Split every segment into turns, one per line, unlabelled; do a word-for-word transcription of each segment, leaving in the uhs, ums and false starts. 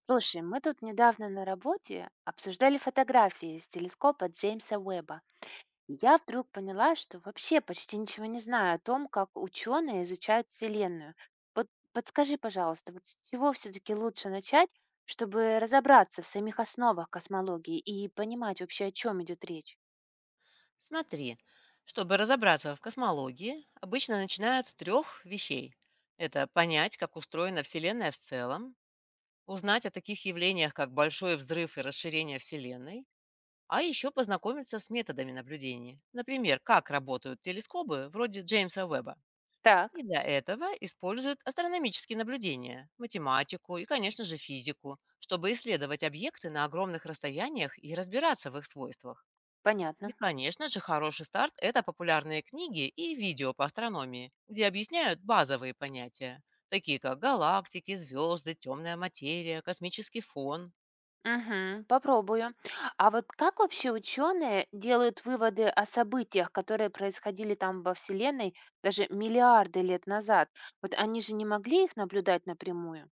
Слушай, мы тут недавно на работе обсуждали фотографии из телескопа Джеймса Уэбба. И я вдруг поняла, что вообще почти ничего не знаю о том, как ученые изучают Вселенную. Вот подскажи, пожалуйста, вот с чего все-таки лучше начать, чтобы разобраться в самих основах космологии и понимать вообще, о чем идет речь?
Смотри, чтобы разобраться в космологии, обычно начинают с трех вещей. Это понять, как устроена Вселенная в целом, узнать о таких явлениях, как большой взрыв и расширение Вселенной, а еще познакомиться с методами наблюдения. Например, как работают телескопы вроде Джеймса Уэбба.
Так,
И для этого используют астрономические наблюдения, математику и, конечно же, физику, чтобы исследовать объекты на огромных расстояниях и разбираться в их свойствах. И,
понятно.
конечно же, хороший старт– это популярные книги и видео по астрономии, где объясняют базовые понятия, такие как галактики, звезды, темная материя, космический фон.
Мгм. Попробую. А вот как вообще ученые делают выводы о событиях, которые происходили там во Вселенной даже миллиарды лет назад? Вот они же не могли их наблюдать напрямую.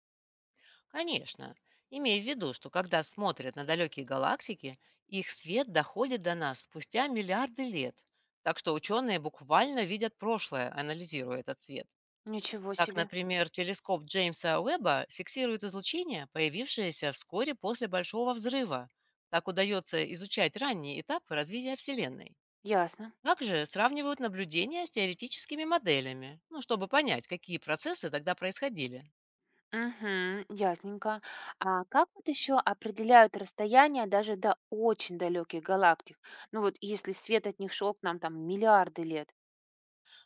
Конечно, имей в виду, что когда смотрят на далекие галактики, их свет доходит до нас спустя миллиарды лет. Так что ученые буквально видят прошлое, анализируя этот свет.
Ничего
Так,
себе.
например, телескоп Джеймса Уэбба фиксирует излучение, появившееся вскоре после Большого взрыва. Так удается изучать ранние этапы развития Вселенной.
Ясно.
Также сравнивают наблюдения с теоретическими моделями, ну, чтобы понять, какие процессы тогда происходили.
Угу, ясненько. А как вот еще определяют расстояние даже до очень далеких галактик? Ну вот если свет от них шел к нам там миллиарды лет.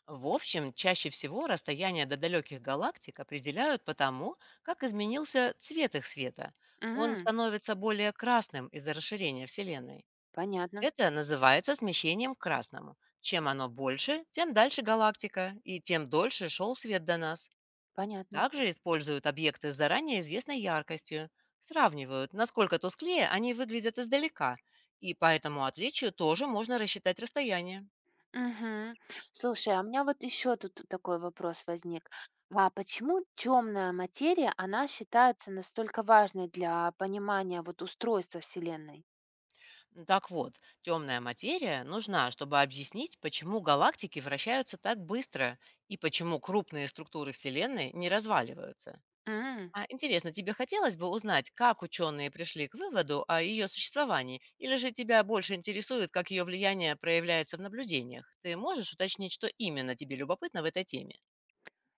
В общем, чаще всего расстояние до далеких галактик определяют по тому, как изменился цвет их света. Он
Угу,
становится более красным из-за расширения Вселенной.
понятно,
Это называется смещением к красному. Чем оно больше, тем дальше галактика, и тем дольше шел свет до нас.
понятно.
Также используют объекты с заранее известной яркостью. Сравнивают, насколько тусклее они выглядят издалека, и по этому отличию тоже можно рассчитать расстояние.
Мгм. Слушай, а у меня вот еще тут такой вопрос возник. А почему темная материя, она считается настолько важной для понимания вот устройства Вселенной?
М, так вот, темная материя нужна, чтобы объяснить, почему галактики вращаются так быстро и почему крупные структуры Вселенной не разваливаются.
М,
А, интересно, тебе хотелось бы узнать, как ученые пришли к выводу о ее существовании, или же тебя больше интересует, как ее влияние проявляется в наблюдениях? Ты можешь уточнить, что именно тебе любопытно в этой теме?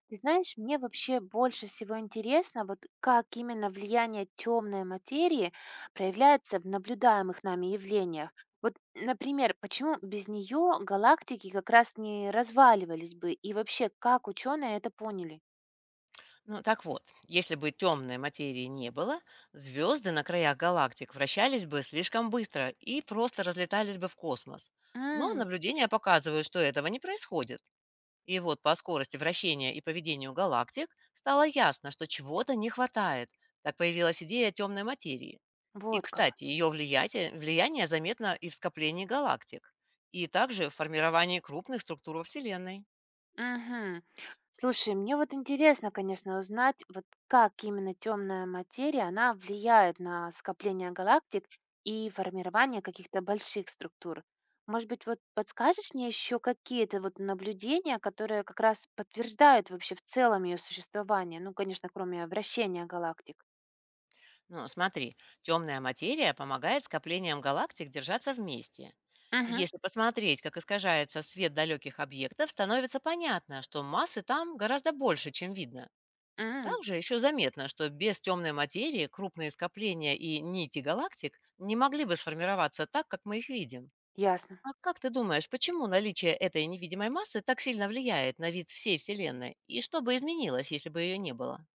ты знаешь, мне вообще больше всего интересно, вот как именно влияние темной материи проявляется в наблюдаемых нами явлениях. Вот, например, почему без нее галактики как раз не разваливались бы, и вообще, как ученые это поняли?
Ну так вот, если бы темной материи не было, звезды на краях галактик вращались бы слишком быстро и просто разлетались бы в космос. Но
М,
наблюдения показывают, что этого не происходит. И вот по скорости вращения и поведению галактик стало ясно, что чего-то не хватает. Так появилась идея темной материи. И,
вот как.
кстати, ее влияние, влияние заметно и в скоплении галактик, и также в формировании крупных структур во Вселенной.
Мгм. Слушай, мне вот интересно, конечно, узнать, вот как именно темная материя, она влияет на скопление галактик и формирование каких-то больших структур. Может быть, вот подскажешь мне еще какие-то вот наблюдения, которые как раз подтверждают вообще в целом ее существование? Ну, конечно, кроме вращения галактик.
Ну, смотри, темная материя помогает скоплениям галактик держаться вместе.
Угу.
Если посмотреть, как искажается свет далеких объектов, становится понятно, что массы там гораздо больше, чем видно. Также еще заметно, что без темной материи крупные скопления и нити галактик не могли бы сформироваться так, как мы их видим.
Ясно.
А как ты думаешь, почему наличие этой невидимой массы так сильно влияет на вид всей Вселенной? И что бы изменилось, если бы ее не было?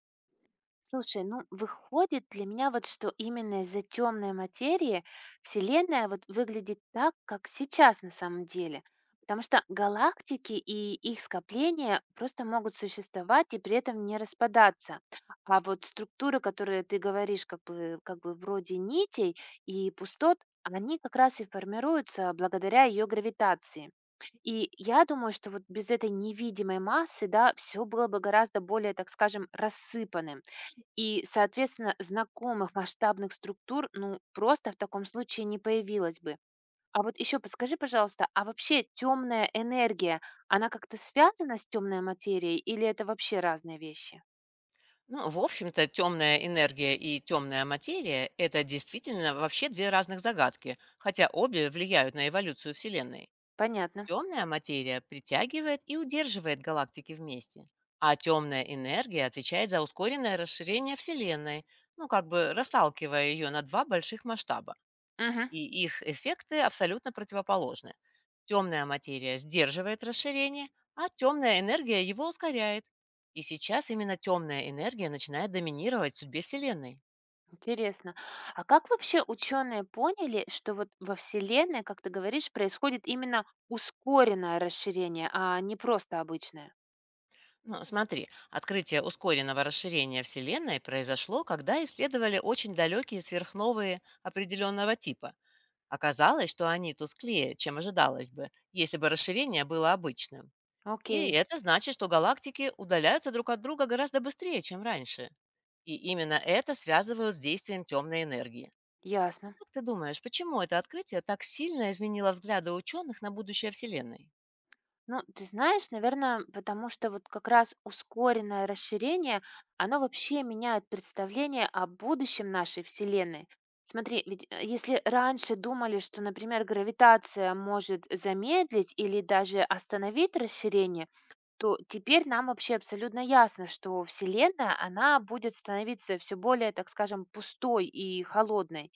Слушай, ну выходит для меня вот, что именно из-за темной материи Вселенная вот выглядит так, как сейчас на самом деле. Потому что галактики и их скопления просто могут существовать и при этом не распадаться. А вот структуры, которые ты говоришь, как бы, как бы вроде нитей и пустот, они как раз и формируются благодаря ее гравитации. И я думаю, что вот без этой невидимой массы, да, все было бы гораздо более, так скажем, рассыпанным. И, соответственно, знакомых масштабных структур, ну, просто в таком случае не появилось бы. А вот еще подскажи, пожалуйста, а вообще темная энергия, она как-то связана с темной материей или это вообще разные вещи?
Ну, в общем-то, темная энергия и темная материя– это действительно вообще две разных загадки, хотя обе влияют на эволюцию Вселенной.
Понятно.
Темная материя притягивает и удерживает галактики вместе, а темная энергия отвечает за ускоренное расширение Вселенной, ну как бы расталкивая ее на два больших масштаба.
Мгм.
И их эффекты абсолютно противоположны. Темная материя сдерживает расширение, а темная энергия его ускоряет. И сейчас именно темная энергия начинает доминировать в судьбе Вселенной.
Интересно. А как вообще ученые поняли, что вот во Вселенной, как ты говоришь, происходит именно ускоренное расширение, а не просто обычное?
Ну, смотри, открытие ускоренного расширения Вселенной произошло, когда исследовали очень далекие сверхновые определенного типа. Оказалось, что они тусклее, чем ожидалось бы, если бы расширение было обычным. И
Окей,
это значит, что галактики удаляются друг от друга гораздо быстрее, чем раньше. И именно это связывают с действием темной энергии.
ясно.
Как ты думаешь, почему это открытие так сильно изменило взгляды ученых на будущее Вселенной?
Ну, ты знаешь, наверное, потому что вот как раз ускоренное расширение, оно вообще меняет представление о будущем нашей Вселенной. Смотри, ведь э, если раньше думали, что, например, гравитация может замедлить или даже остановить расширение, то теперь нам вообще абсолютно ясно, что Вселенная, она будет становиться все более, так скажем, пустой и холодной.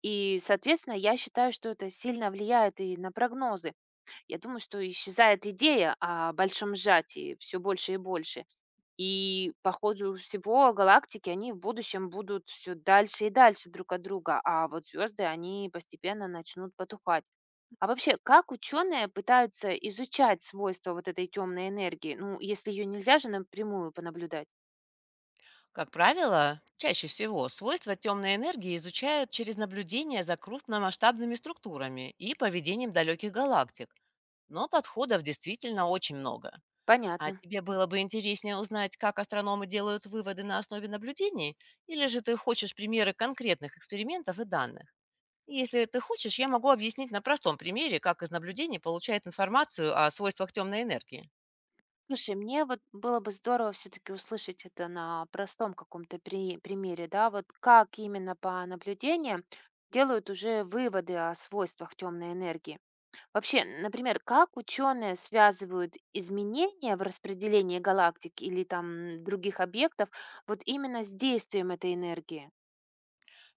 И, соответственно, я считаю, что это сильно влияет и на прогнозы. Я думаю, что исчезает идея о большом сжатии все больше и больше. И по ходу всего галактики, они в будущем будут все дальше и дальше друг от друга, а вот звезды, они постепенно начнут потухать. А вообще, как ученые пытаются изучать свойства вот этой темной энергии? Ну, если ее нельзя же напрямую понаблюдать.
Как правило, чаще всего свойства темной энергии изучают через наблюдение за крупномасштабными структурами и поведением далеких галактик. Но подходов действительно очень много. А
Понятно.
тебе было бы интереснее узнать, как астрономы делают выводы на основе наблюдений, или же ты хочешь примеры конкретных экспериментов и данных? Если ты хочешь, я могу объяснить на простом примере, как из наблюдений получают информацию о свойствах темной энергии.
Слушай, мне вот было бы здорово все-таки услышать это на простом каком-то при- примере, да, вот как именно по наблюдениям делают уже выводы о свойствах темной энергии. Вообще, например, как ученые связывают изменения в распределении галактик или там других объектов вот именно с действием этой энергии?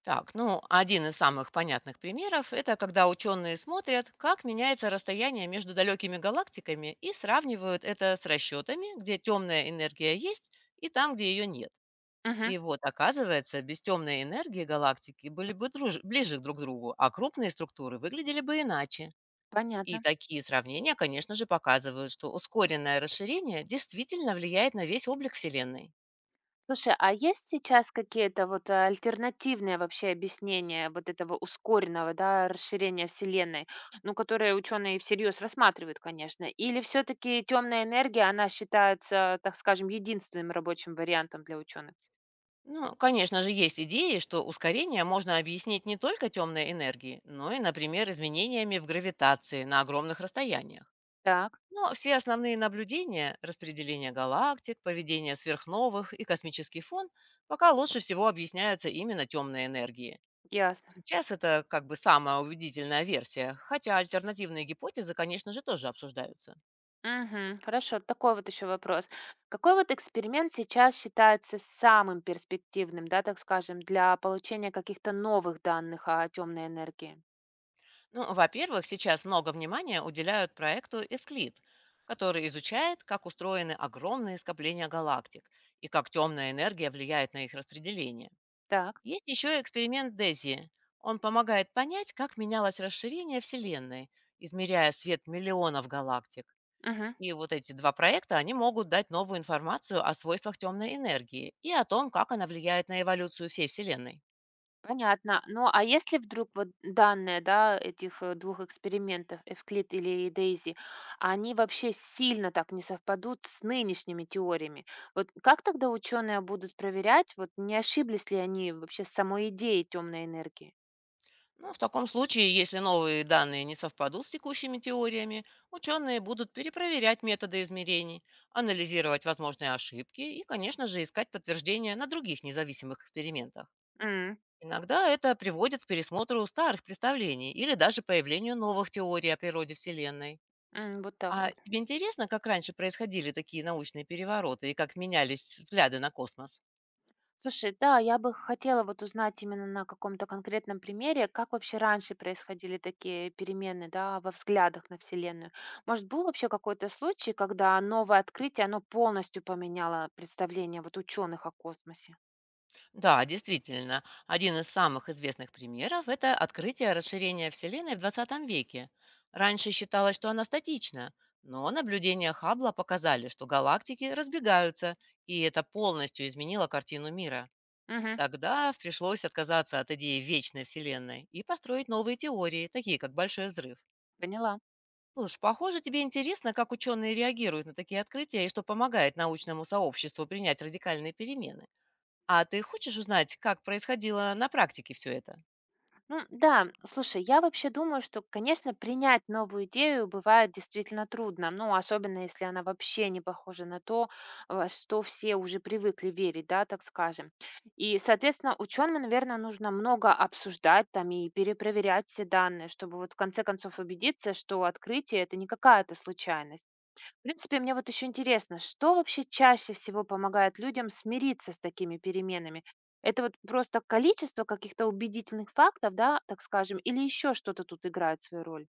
Так, ну, один из самых понятных примеров– это когда ученые смотрят, как меняется расстояние между далекими галактиками и сравнивают это с расчетами, где темная энергия есть и там, где ее нет.
Мгм,
И вот, оказывается, без темной энергии галактики были бы друж- ближе друг к другу, а крупные структуры выглядели бы иначе. И
понятно.
такие сравнения, конечно же, показывают, что ускоренное расширение действительно влияет на весь облик Вселенной.
Слушай, а есть сейчас какие-то вот э, альтернативные вообще объяснения вот этого ускоренного, да, расширения Вселенной, ну, которые ученые всерьез рассматривают, конечно? Или все-таки темная энергия, она считается, так скажем, единственным рабочим вариантом для ученых?
Ну, конечно же, есть идеи, что ускорение можно объяснить не только темной энергией, но и, например, изменениями в гравитации на огромных расстояниях.
Так,
Но все основные наблюдения– распределение галактик, поведение сверхновых и космический фон– пока лучше всего объясняются именно темной энергией.
ясно.
Сейчас это как бы самая убедительная версия, хотя альтернативные гипотезы, конечно же, тоже обсуждаются.
Мгм, хорошо, вот такой вот еще вопрос. Какой вот эксперимент сейчас считается самым перспективным, да, так скажем, для получения каких-то новых данных о темной энергии?
Ну, во-первых, сейчас много внимания уделяют проекту Эвклид, который изучает, как устроены огромные скопления галактик и как темная энергия влияет на их распределение.
Так.
Есть еще и эксперимент Дези. Он помогает понять, как менялось расширение Вселенной, измеряя свет миллионов галактик.
Мгм.
И вот эти два проекта, они могут дать новую информацию о свойствах темной энергии и о том, как она влияет на эволюцию всей Вселенной.
Понятно. Ну, а если вдруг вот данные, да, этих э, двух экспериментов, Эвклид или Дейзи, они вообще сильно так не совпадут с нынешними теориями, вот как тогда ученые будут проверять, вот не ошиблись ли они вообще с самой идеей темной энергии?
Ну, в таком случае, если новые данные не совпадут с текущими теориями, ученые будут перепроверять методы измерений, анализировать возможные ошибки и, конечно же, искать подтверждения на других независимых экспериментах.
М,
Иногда это приводит к пересмотру старых представлений или даже появлению новых теорий о природе Вселенной.
м, вот так
А
вот.
тебе интересно, как раньше происходили такие научные перевороты и как менялись взгляды на космос?
Слушай, да, я бы хотела вот узнать именно на каком-то конкретном примере, как вообще раньше происходили такие перемены, да, во взглядах на Вселенную. Может, был вообще какой-то случай, когда новое открытие, оно полностью поменяло представление вот ученых о космосе?
Да, действительно, один из самых известных примеров– это открытие расширения Вселенной в двадцатом веке. Раньше считалось, что она статична, но наблюдения Хаббла показали, что галактики разбегаются, и это полностью изменило картину мира.
Угу,
Тогда пришлось отказаться от идеи вечной Вселенной и построить новые теории, такие как Большой взрыв.
поняла.
Слушай, похоже, тебе интересно, как ученые реагируют на такие открытия и что помогает научному сообществу принять радикальные перемены. А ты хочешь узнать, как происходило на практике все это?
Ну да, слушай, я вообще думаю, что, конечно, принять новую идею бывает действительно трудно, ну, особенно если она вообще не похожа на то, во что все уже привыкли верить, да, так скажем. И, соответственно, ученым, наверное, нужно много обсуждать там и перепроверять все данные, чтобы вот в конце концов убедиться, что открытие это не какая-то случайность. В принципе, мне вот еще интересно, что вообще чаще всего помогает людям смириться с такими переменами? Это вот просто количество каких-то убедительных фактов, да, так скажем, или еще что-то тут играет свою роль?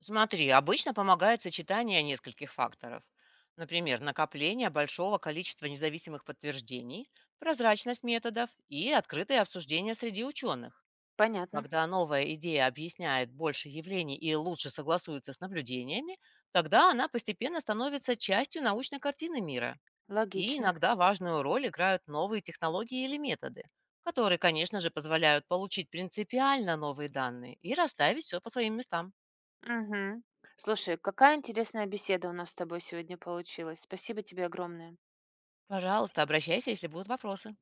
Смотри, обычно помогает сочетание нескольких факторов. Например, накопление большого количества независимых подтверждений, прозрачность методов и открытое обсуждение среди ученых.
Понятно,
Когда новая идея объясняет больше явлений и лучше согласуется с наблюдениями, тогда она постепенно становится частью научной картины мира. И
логично.
иногда важную роль играют новые технологии или методы, которые, конечно же, позволяют получить принципиально новые данные и расставить все по своим местам.
Мгм. Слушай, какая интересная беседа у нас с тобой сегодня получилась. Спасибо тебе огромное.
Пожалуйста, обращайся, если будут вопросы.